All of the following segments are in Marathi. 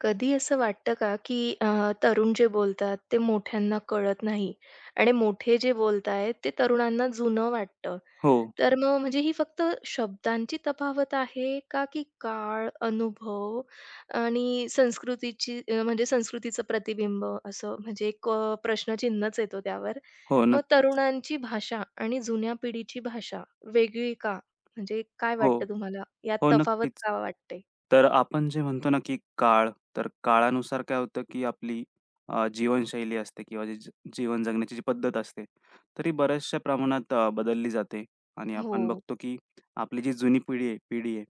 कधी असं वाटतं का, की तरुण जे बोलतात ते मोठ्यांना कळत नाही आणि मोठे जे बोलतायत ते तरुणांना जुनं वाटतं. हो, तर मग म्हणजे ही फक्त शब्दांची तफावत आहे का, की काळ, अनुभव आणि संस्कृतीची म्हणजे संस्कृतीचं प्रतिबिंब असं म्हणजे एक प्रश्नचिन्हच येतो त्यावर. हो. मग नक्कीच. तरुणांची भाषा आणि जुन्या पिढीची भाषा वेगळी का? म्हणजे काय हो, वाटतं तुम्हाला? यात हो. तफावत नक्कीच. का वाटते? तर आपण जे म्हणतो ना, की काळ, तर काळानुसार काय होतं, की आपली जीवनशैली असते किंवा जी जीवन जगण्याची जी पद्धत असते, तर ही बऱ्याचशा प्रमाणात बदलली जाते आणि आपण हो. बघतो, की आपली जी जुनी पिढी आहे,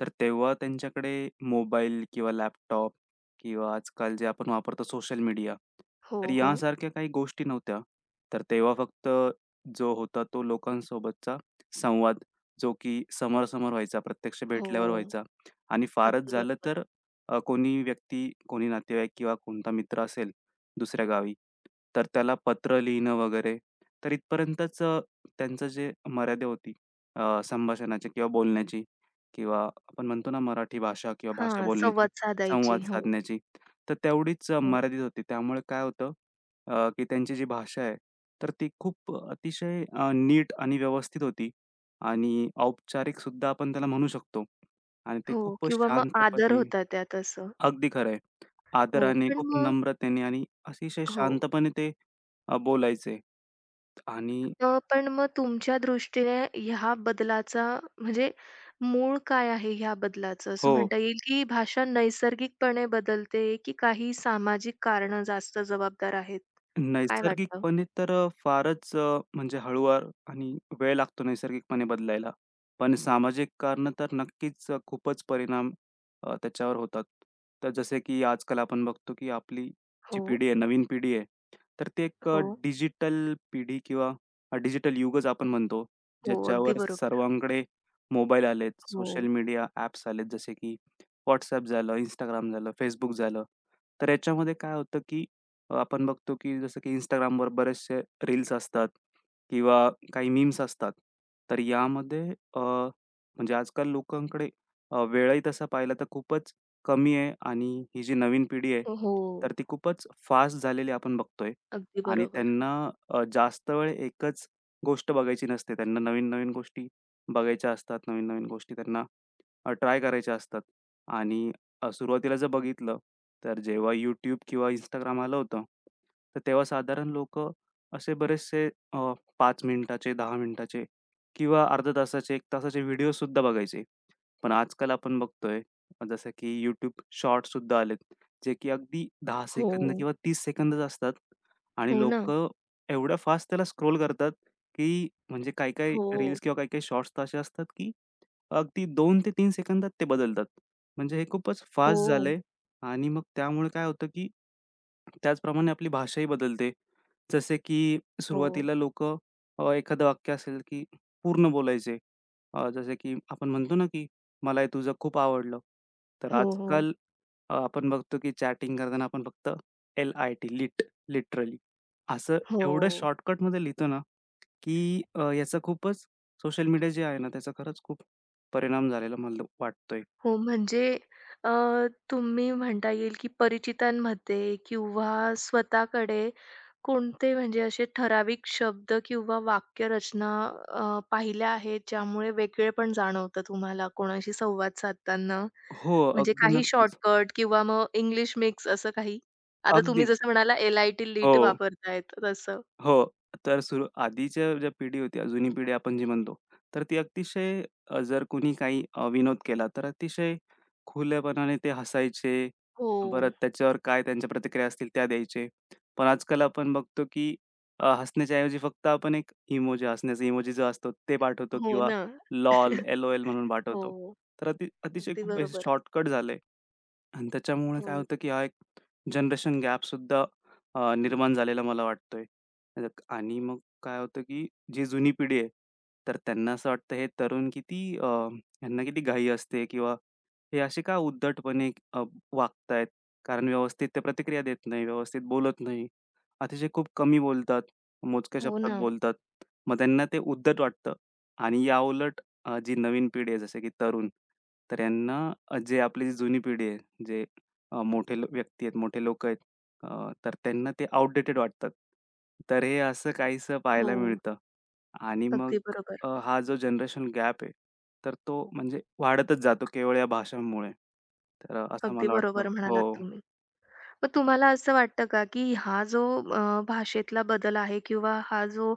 तर तेव्हा त्यांच्याकडे मोबाईल किंवा लॅपटॉप किंवा आजकाल जे आपण वापरतो सोशल मीडिया, हो, तर हो. यासारख्या काही गोष्टी नव्हत्या. तर तेव्हा फक्त जो होता तो लोकांसोबतचा संवाद जो की समोरासमोर व्हायचा, प्रत्यक्ष हो. भेटल्यावर व्हायचा आणि फारच अगदी झालं बरोबर. तर कोणी व्यक्ती, कोणी नातेवाईक किंवा कोणता मित्र असेल दुसऱ्या गावी, तर त्याला पत्र लिहिणं वगैरे. तर इथपर्यंतच त्यांचं जे मर्यादा होती संभाषणाची किंवा बोलण्याची किंवा आपण म्हणतो ना मराठी भाषा किंवा भाषा हां, बोलण्याची, संवाद साधायची. संवाद हो, साधण्याची, तर तेवढीच हो, मर्यादित होती. त्यामुळे काय होतं की त्यांची जी भाषा आहे, तर ती खूप अतिशय नीट आणि व्यवस्थित होती. आणि औपचारिकसुद्धा आपण त्याला म्हणू शकतो. आणि ते हो खूप किंवा मग आदर शांतपणे होता त्यात असं. अगदी खरं आहे. हो, आदराने, पण खूप मग नम्रतेने आणि अतिशय हो. शांतपणे ते बोलायचे. आणि पण मग तुमच्या दृष्टीने ह्या बदलाचा म्हणजे मूळ काय आहे ह्या बदलाचं? असं हो. म्हणता येईल की भाषा नैसर्गिकपणे बदलते, की काही सामाजिक कारण जास्त जबाबदार आहेत? काय वाटतं? नैसर्गिकपणे तर फारच म्हणजे हळूवार आणि वेळ लागतो नैसर्गिकपणे बदलायला. पण सामाजिक कारणं तर नक्कीच खूपच परिणाम त्याच्यावर होतात. तर जसे की आजकाल आपण बघतो की आपली जी हो, पिढी आहे, नवीन पिढी आहे, तर ते एक हो, डिजिटल पिढी किंवा डिजिटल युगच आपण म्हणतो, हो. अगदी ज्याच्यावर बरोबर. सर्वांकडे मोबाईल आलेत, हो, सोशल मीडिया ॲप्स आलेत, जसे की WhatsApp झालं, Instagram झालं, Facebook झालं. तर याच्यामध्ये काय होतं की आपण बघतो की जसं की Instagramवर बरेचसे रील्स असतात किंवा काही मीम्स असतात. तर यामध्ये म्हणजे आजकाल लोकांकडे वेळही तसा पाहिला तर खूपच कमी आहे आणि ही जी नवीन पिढी आहे, हो. तर ती खूपच फास्ट झालेली आपण बघतोय अगदी आणि बरोबर. त्यांना जास्त वेळ एकच गोष्ट बघायची नसते. त्यांना नवीन-नवीन गोष्टी बघायच्या असतात, नवीन-नवीन गोष्टी त्यांना ट्राय करायच्या असतात आणि सुरुवातीला जर बघितलं, तर जेव्हा YouTube किंवा Instagram आलं होतं, तर तेव्हा साधारण लोक असे बरेचसे अ, 5 मिनिटाचे, 10 मिनिटाचे किंवा अर्ध्या तासाचे, 1 तासाचे व्हिडिओसुद्धा बघायचे. पण आजकाल आपण बघतोय जसं की YouTube शॉर्ट्ससुद्धा आलेत, जे की अगदी 10 हो, सेकंद किंवा 30 सेकंदच असतात आणि हो ना. लोकं एवढ्या फास्ट त्याला स्क्रोल करतात, की म्हणजे काही-काही हो, रील्स किंवा काही-काही शॉर्ट्स तर असे असतात, की अगदी 2 ते 3 सेकंदात ते बदलतात. म्हणजे हे खूपच हो, फास्ट झालंय आणि मग त्यामुळे काय होतं, की त्याचप्रमाणे आपली भाषाही बदलते. जसे की हो, सुरुवातीला लोक एखादं वाक्य असेल, की पूर्ण बोलायचे. जसे की आपण म्हणतो ना, की "मला हे तुझं खूप आवडलं." तर हो, हो. आजकाल आपण बघतो, की चॅटिंग करताना आपण फक्त एल-आय-टी लिट लिटरली असं हो. एवढं शॉर्टकटमध्ये लिहितो ना, की याचा खूपच सोशल मीडिया जे आहे ना, त्याचा खरंच खूप परिणाम झालेला मला वाटतोय. हो, म्हणजे अ, तुम्ही म्हणता येईल की परिचितांमध्ये किंवा स्वतःकडे कोणते म्हणजे असे ठराविक शब्द किंवा वाक्यरचना पाहिल्या आहेत, ज्यामुळे वेगळेपण जाणवतं तुम्हाला कोणाशी संवाद साधताना? हो, म्हणजे अगदी काही नक्कीच. शॉर्टकट किंवा मग इंग्लिश मिक्स असं काही? आता तुम्ही अगदीच. जसं म्हणाला एल-आय-टी लीट हो, वापरतायत तसं. हो. तर आधीच्या ज्या पिढी होती, जुनी पिढी आपण जी म्हणतो, तर ती अतिशय जर कोणी काही विनोद केला, तर अतिशय खुलेपणाने ते हसायचे. हो. परत त्याच्यावर काय त्यांच्या प्रतिक्रिया असतील त्या द्यायचे. पण आजकाल आपण बघतो, की हसण्याच्या ऐवजी फक्त आपण एक इमोजी, हसण्याचा इमोजी जो असतो ते पाठवतो हो किंवा ना. LOL, एल-ओ-एल म्हणून हो. पाठवतो. तर अतिशय अगदी खूप बरोबर. शॉर्टकट झालंय. आणि त्याच्यामुळे काय हो. होतं, की हा एक जनरेशन गॅपसुद्धा निर्माण झालेला मला वाटतोय. अ, आणि मग काय होतं, की जी जुनी पिढी आहे, तर त्यांना असं वाटतं हे तरुण किती ह्यांना किती घाई असते किंवा हे असे का उद्धटपणे वागतायत. कारण व्यवस्थित ते प्रतिक्रिया देत नाही, व्यवस्थित बोलत नाही. अतिशय खूप कमी बोलतात, मोजक्या हो शब्दात ना. बोलतात. मग त्यांना ते उद्धट वाटतं आणि याउलट जी नवीन पिढी आहे जसे की तरुण, तर यांना जे आपली जी जुनी पिढी आहे जे मोठे लो व्यक्ती आहेत, मोठे लोकं आहेत तर त्यांना ते आउटडेटेड वाटतात. तर हे असं काहीसं हो. पाहायला मिळतं आणि मग अगदी बरोबर. हा जो जनरेशन गॅप आहे, तर तो म्हणजे वाढतच जातो केवळ या भाषांमुळे. तर असं अगदी मला वाटतं. बरोबर हो, म्हणालात तुम्ही. मग तुम्हाला असं वाटतं का, की हा जो भाषेतला बदल आहे किंवा हा जो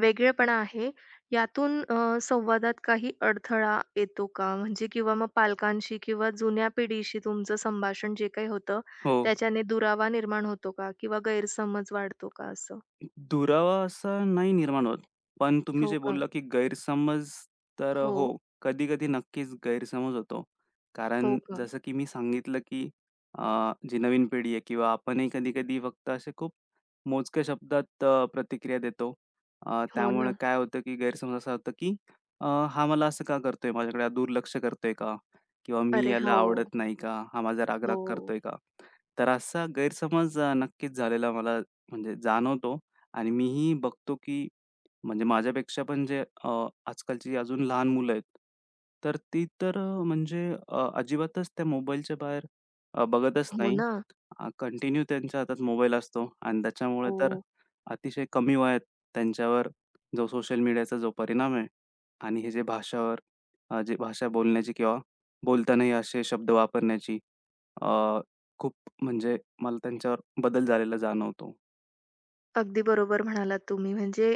वेगळेपणा आहे, यातून संवादात काही अडथळा येतो का? म्हणजे किंवा मग पालकांशी किंवा जुन्या पिढीशी तुमचं संभाषण जे काही होतं, हो. त्याच्याने दुरावा निर्माण होतो का? किंवा गैरसमज वाढतो का असं? दुरावा असा नाही निर्माण होत. पण तुम्ही हो जे का? बोलला, की गैरसमज तर हो. हो, कधी-कधी नक्कीच गैरसमज होतो. हो कारण का? जसं की मी सांगितलं, की जी नवीन पिढी आहे किंवा आपणही कधी-कधी फक्त असे खूप मोजक्या शब्दात प्रतिक्रिया देतो. हो त्यामुळे ना. काय होतं, की गैरसमज असा होतो, की हा मला असं का करतोय? माझ्याकडे दुर्लक्ष करतोय का? किंवा मी अरे हो. याला आवडत नाही का? हा माझा राग हो. करतोय का? तर असा गैरसमज नक्कीच झालेला मला म्हणजे जाणवतो. आणि मीही बघतो की म्हणजे माझ्यापेक्षा पण जे आजकालची अजून लहान मुलं आहेत, तर ती तर म्हणजे अजिबातच त्या मोबाईलच्या बाहेर बघतच हो नाही. ना. कंटिन्यू त्यांच्या हातात मोबाईल असतो आणि त्याच्यामुळे तर हो. अतिशय कमी वयात त्यांच्यावर जो सोशल मीडियाचा जो परिणाम आहे आणि हे जे भाषावर जे भाषा बोलण्याची किंवा बोलतानाही असे शब्द वापरण्याची अ, खूप म्हणजे मला त्यांच्यावर बदल झालेला जाणवतो. अगदी बरोबर म्हणालात तुम्ही. म्हणजे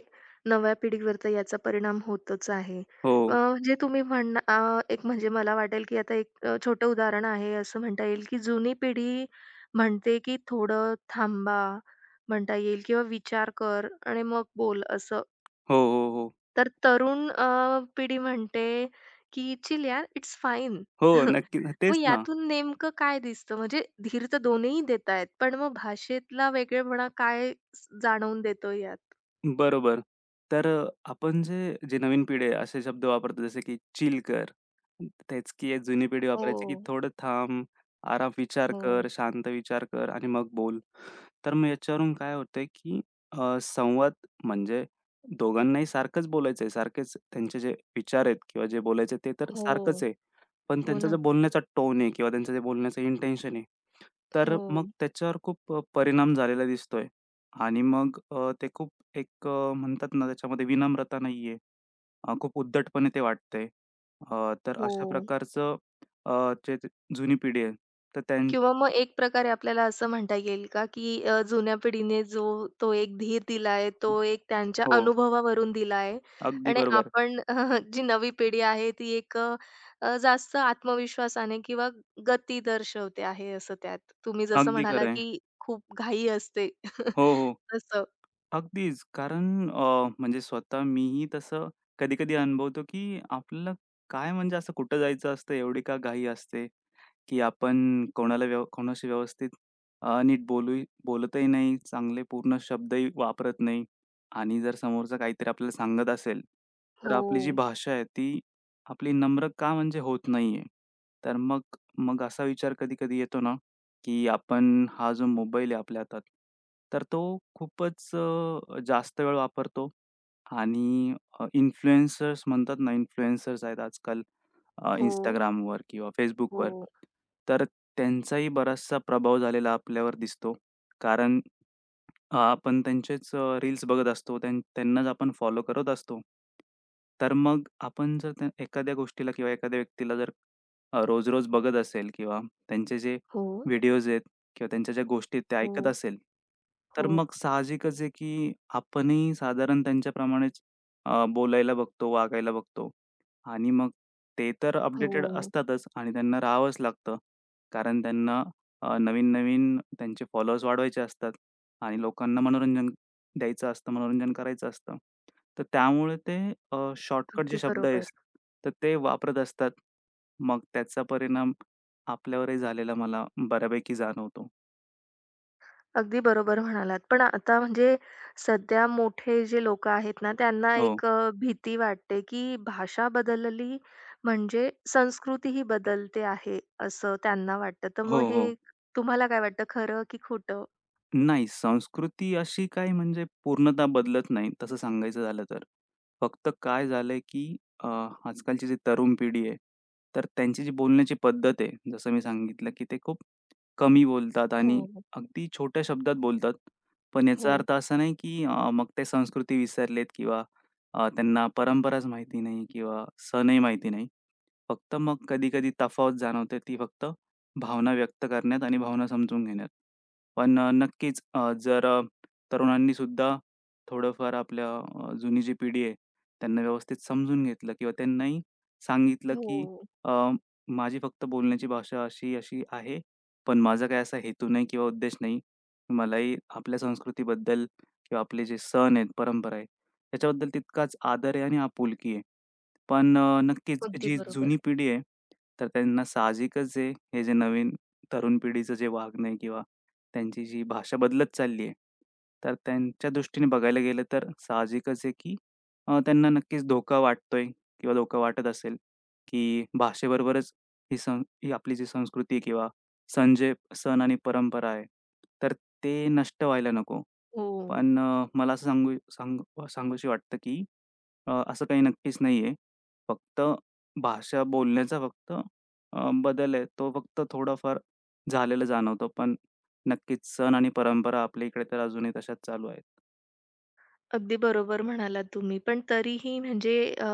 नव्या पिढीवर तर याचा परिणाम होतच आहे. हो. म्हणजे एक म्हणजे मला वाटेल, की आता एक छोटं उदाहरण आहे असं म्हणता येईल, की जुनी पिढी म्हणते, की "थोडं थांबा" म्हणता येईल किंवा "विचार कर आणि मग बोल" असं. हो, हो. तर पिढी म्हणते, की "चिल यार, इट्स फाईन." हो, नक्की. मग तेच ना. यातून नेमकं काय दिसतं? म्हणजे धीर तर दोन्हीही देतायत, पण मग भाषेतला वेगळेपणा काय जाणवून देतो यात? बरोबर. तर आपण जे जे नवीन पिढी आहे असे शब्द वापरतो जसे की चिल कर. तेच की एक जुनी पिढी वापरायची की हो, थोडं थांब, आराम विचार कर, हो, शांत विचार कर आणि मग बोल. तर मग याच्यावरून काय होतंय की संवाद म्हणजे दोघांनाही सारखंच बोलायचं सारखेच त्यांचे जे विचार आहेत किंवा जे बोलायचे ते तर हो, सारखंच आहे. पण हो त्यांचा ना. जो बोलण्याचा टोन आहे किंवा त्यांचं जे बोलण्याचं इंटेन्शन आहे, तर मग हो, त्याच्यावर खूप परिणाम झालेला दिसतोय. आणि मग ते खूप एक म्हणतात ना, त्याच्यामध्ये विनम्रता नाहीये. खूप उद्धटपणे ते वाटतंय. तर हो. अशा प्रकारचं अ, जे ज जुनी पिढी आहे, तर किंवा मग एक प्रकारे आपल्याला असं म्हणता येईल का, की जुन्या पिढीने जो तो एक धीर दिलाय, तो एक त्यांच्या हो, अनुभवावरून दिलाय अगदी आणि बरोबर. आपण जी नवी पिढी आहे ती एक जास्त आत्मविश्वासाने किंवा गती दर्शवते आहे असं त्यात. तुम्ही जसं अगदी म्हणाला, खरं आहे. की खूप घाई असते हो, हो. तसं. अगदीच. कारण म्हणजे स्वतः मीही तसं कधी-कधी अनुभवतो, की आपल्याला काय म्हणजे असं कुठं जायचं असतं, एवढी का घाई असते? की आपण कोणाला कोणाशी व्यवस्थित नीट बोलतही नाही, चांगले पूर्ण शब्दही वापरत नाही आणि जर समोरचा काहीतरी आपल्याला सांगत असेल, तर हो, आपली जी भाषा आहे ती आपली नम्र का म्हणजे होत नाहीये? तर मग मग असा विचार कधी-कधी येतो ना, की आपण हा जो मोबाईल आहे आपल्या हातात, तर तो खूपच जास्त वेळ वापरतो आणि इन्फ्लुएन्सर्स म्हणतात ना, इन्फ्लुएन्सर्स आहेत आजकाल. हो, Instagramवर किंवा Facebookवर. हो, तर त्यांचाही बराचसा प्रभाव झालेला आपल्यावर दिसतो. कारण हां, आपण त्यांचेच रील्स बघत असतो. त्यांनाच आपण फॉलो करत असतो. तर मग आपण जर त्या एखाद्या गोष्टीला किंवा एखाद्या व्यक्तीला जर रोज-रोज बघत असेल किंवा त्यांचे जे हो, व्हिडिओज आहेत किंवा त्यांच्या ज्या गोष्टी आहेत त्या ऐकत हो, असेल, तर हो, मग साहजिकच आहे की आपणही साधारण त्यांच्याप्रमाणेच बोलायला बघतो, वागायला बघतो. आणि मग ते तर अपडेटेड हो. असतातच आणि त्यांना राहावंच लागतं. कारण त्यांना नवीन-नवीन त्यांचे फॉलोअर्स वाढवायचे असतात आणि लोकांना मनोरंजन द्यायचं असतं, मनोरंजन करायचं असतं. तर त्यामुळे ते शॉर्टकट अगदी जे शब्द आहेत, बरोबर. तर ते वापरत असतात. मग त्याचा परिणाम आपल्यावरही झालेला मला बऱ्यापैकी जाणवतो. अगदी बरोबर म्हणालात. पण आता म्हणजे सध्या मोठे जे लोकं आहेत ना, त्यांना हो. एक भीती वाटते, की भाषा बदलली म्हणजे संस्कृतीही बदलते आहे, असं त्यांना वाटतं. तर मग हो, हो. हे तुम्हाला काय वाटतं खरं की खोटं? नाही, संस्कृती अशी काही म्हणजे पूर्णतः बदलत नाही, तसं सांगायचं झालं तर. फक्त काय झालंय, की अ, आजकालची जी तरुण पिढी आहे, तर त्यांची जी बोलण्याची पद्धत आहे, जसं मी सांगितलं, की ते खूप कमी बोलतात आणि हो, अगदी छोट्या शब्दात बोलतात. पण याचा हो, अर्थ असा नाही, की मग ते संस्कृती विसरलेत किंवा त्यांना परंपराच माहिती नाही किंवा सणही माहिती नाही. फक्त मग कधी-कधी तफावत जाणवते ती फक्त भावना व्यक्त करण्यात आणि भावना समजून घेण्यात. पण नक्कीच जर तरुणांनी सुद्धा थोडंफार आपल्या जुनी जी पिढी आहे, त्यांना व्यवस्थित समजून घेतलं किंवा त्यांनाही सांगितलं, की हो. अ, माझी फक्त बोलण्याची भाषा अशी-अशी आहे, पण माझा काही असा हेतू नाही किंवा उद्देश नाही. मलाही आपल्या संस्कृतीबद्दल किंवा आपले जे सण आहेत, परंपरा आहे, त्याच्याबद्दल तितकाच आदर आहे आणि आपुलकी आहे. पण नक्कीच अगदी जी बरोबर. जुनी पिढी आहे, तर त्यांना साहजिकच आहे, हे जे नवीन तरुण पिढीचं जे वागणं आहे किंवा त्यांची जी भाषा बदलत चालली आहे, तर त्यांच्या दृष्टीने बघायला गेलं तर साहजिकच आहे, की त्यांना नक्कीच धोका वाटतोय किंवा धोका वाटत असेल, की भाषेबरोबरच ही आपली जी संस्कृती किंवा सण आणि परंपरा आहे, तर ते नष्ट व्हायला नको. हो. पण मला असं सांगूशी वाटतं, की असं काही नक्कीच नाहीये. फक्त भाषा बोलण्याचा फक्त बदल आहे, तो फक्त थोडाफार झालेला जाणवतो. पण नक्कीच सण आणि परंपरा आपल्या इकडे तर अजूनही तशाच चालू आहेत. अगदी बरोबर म्हणालात तुम्ही. पण तरीही म्हणजे अ,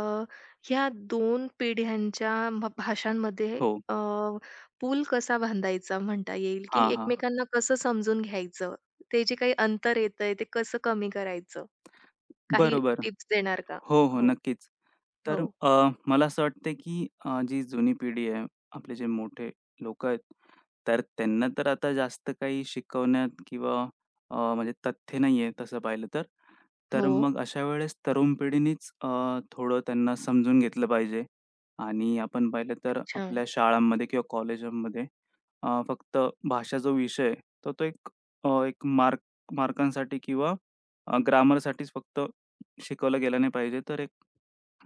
ह्या 2 पिढ्यांच्या भाषांमध्ये हो. अ, पूल कसा बांधायचा म्हणता येईल, की हां. एकमेकांना कसं समजून घ्यायचं? ते जे काही अंतर येतंय ते कसं कमी करायचं? काही बरोबर. टिप्स देणार का? हो, हो. हो, नक्कीच. तर हो. मला असं वाटतं की जी जुनी पिढी आहे, आपले जे मोठे लोकं आहेत, तर त्यांना तर आता जास्त काही शिकवण्यात किंवा म्हणजे तथ्य नाही आहे तसं पाहिलं तर. तर हो. मग अशा वेळेस तरुण पिढीनेच थोडं त्यांना समजून घेतलं पाहिजे आणि आपण पाहिलं तर अच्छा. आपल्या शाळांमध्ये किंवा कॉलेजांमध्ये फक्त भाषा जो विषय आहे, तर तो एक एक मार्क मार्कांसाठी किंवा ग्रामरसाठीच फक्त शिकवलं गेलं नाही पाहिजे. तर एक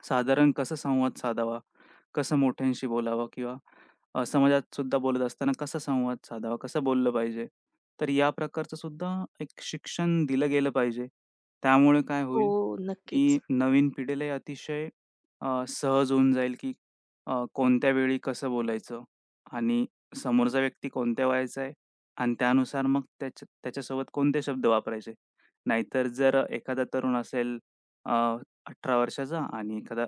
साधारण कसा संवाद साधावा, कसं मोठ्यांशी बोलावं किंवा समाजात सुद्धा बोलत असताना कसा संवाद साधावा, कसं बोललं पाहिजे. तर या प्रकारचं सुद्धा एक शिक्षण दिलं गेलं पाहिजे. त्यामुळे काय हो, होईल, नक्कीच. की नवीन पिढीलाही अतिशय सहज होऊन जाईल, की कोणत्या वेळी कसं बोलायचं आणि समोरचा व्यक्ती कोणत्या वयाचा आहे आणि त्यानुसार मग त्याच्यासोबत कोणते शब्द वापरायचे. नाहीतर जर एखादा तरुण असेल अ, 18 वर्षाचा आणि एखादा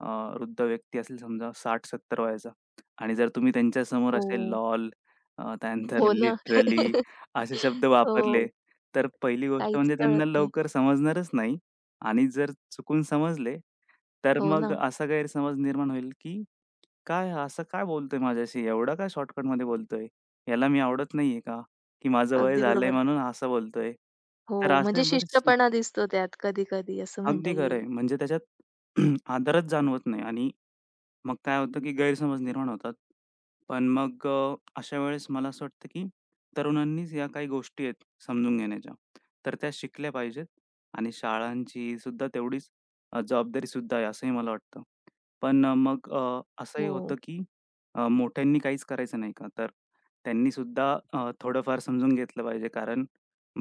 अ, वृद्ध व्यक्ती असेल समजा 60-70 वयाचा आणि जर तुम्ही त्यांच्यासमोर हो. असे "लॉल" त्यानंतर हो ना. "लिटरली" असे शब्द वापरले, हो, तर पहिली गोष्ट काहीच म्हणजे कळत त्यांना नाही. लवकर समजणारच नाही. आणि जर चुकून समजले, तर हो मग ना, असा गैरसमज निर्माण होईल, की "काय हा असं काय बोलतोय माझ्याशी? एवढा काय शॉर्टकटमध्ये बोलतोय? याला मी आवडत नाहीये का? की माझं वय अगदी झालंय बरोबर. म्हणून असं बोलतोय?" हो, तर असे म्हणजे बरेच शिष्टपणा दिसतो त्यात कधी-कधी असं म्हणता अगदी खरं येईल. आहे. म्हणजे त्याच्यात आदरच जाणवत नाही आणि मग काय होतं, की गैरसमज निर्माण होतात. पण मग अशा वेळेस मला असं वाटतं, की तरुणांनीच या काही गोष्टी आहेत समजून घेण्याच्या, तर त्या शिकल्या पाहिजेत आणि शाळांची सुद्धा तेवढीच जबाबदारीसुद्धा आहे असंही मला वाटतं. पण मग असंही हो, होतं, की मोठ्यांनी काहीच करायचं नाही का? तर त्यांनीसुद्धा थोडंफार समजून घेतलं पाहिजे कारण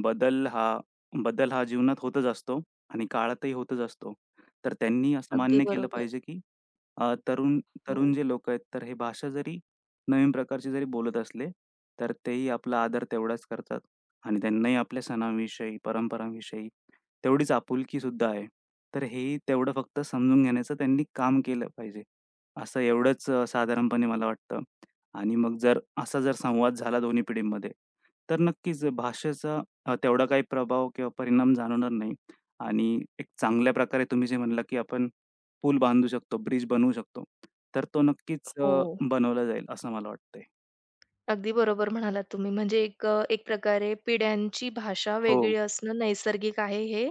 बदल हा बदल हा जीवनात होतच असतो. आणि काळातही होतच असतो. तर त्यांनी असं अगदी मान्य केलं बरोबर. पाहिजे, की तरुण तरुण हो. जे लोकं आहेत, तर हे भाषा जरी नवीन प्रकारची जरी बोलत असले, तर तेही आपला आदर तेवढाच करतात आणि त्यांनाही आपल्या सणांविषयी, परंपरांविषयी तेवढीच आपुलकीसुद्धा आहे. तर हेही तेवढं फक्त समजून घेण्याचं त्यांनी काम केलं पाहिजे. असं एवढंच साधारणपणे मला वाटतं आणि मग जर असा संवाद झाला दोन्ही पिढींमध्ये, तर नक्कीच भाषेचा तेवढा काही प्रभाव किंवा परिणाम जाणवणार नाही. आणि एक चांगल्या प्रकारे तुम्ही जे म्हणला, की आपण पूल बांधू शकतो, ब्रिज बनवू शकतो. तर तो नक्कीच हो, बनवला जाईल असं मला वाटतंय. अगदी बरोबर म्हणालात तुम्ही. म्हणजे एक एक प्रकारे पिढ्यांची भाषा हो, वेगळी असणं नैसर्गिक आहे हे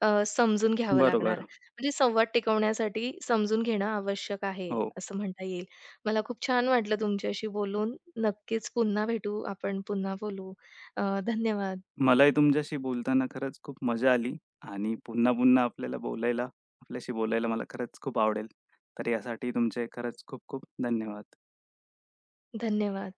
समजून घ्यावं लागणार. बरोबर. म्हणजे संवाद टिकवण्यासाठी समजून घेणं आवश्यक आहे, हो. असं म्हणता येईल. मला खूप छान वाटलं तुमच्याशी बोलून. नक्कीच पुन्हा भेटू, आपण पुन्हा बोलू. धन्यवाद, मलाही तुमच्याशी बोलताना खरंच खूप मजा आली आणि पुन्हा-पुन्हा आपल्याला बोलायला आपल्याशी बोलायला मला खरंच खूप आवडेल. तर यासाठी तुमचे खरंच खूप-खूप धन्यवाद. धन्यवाद.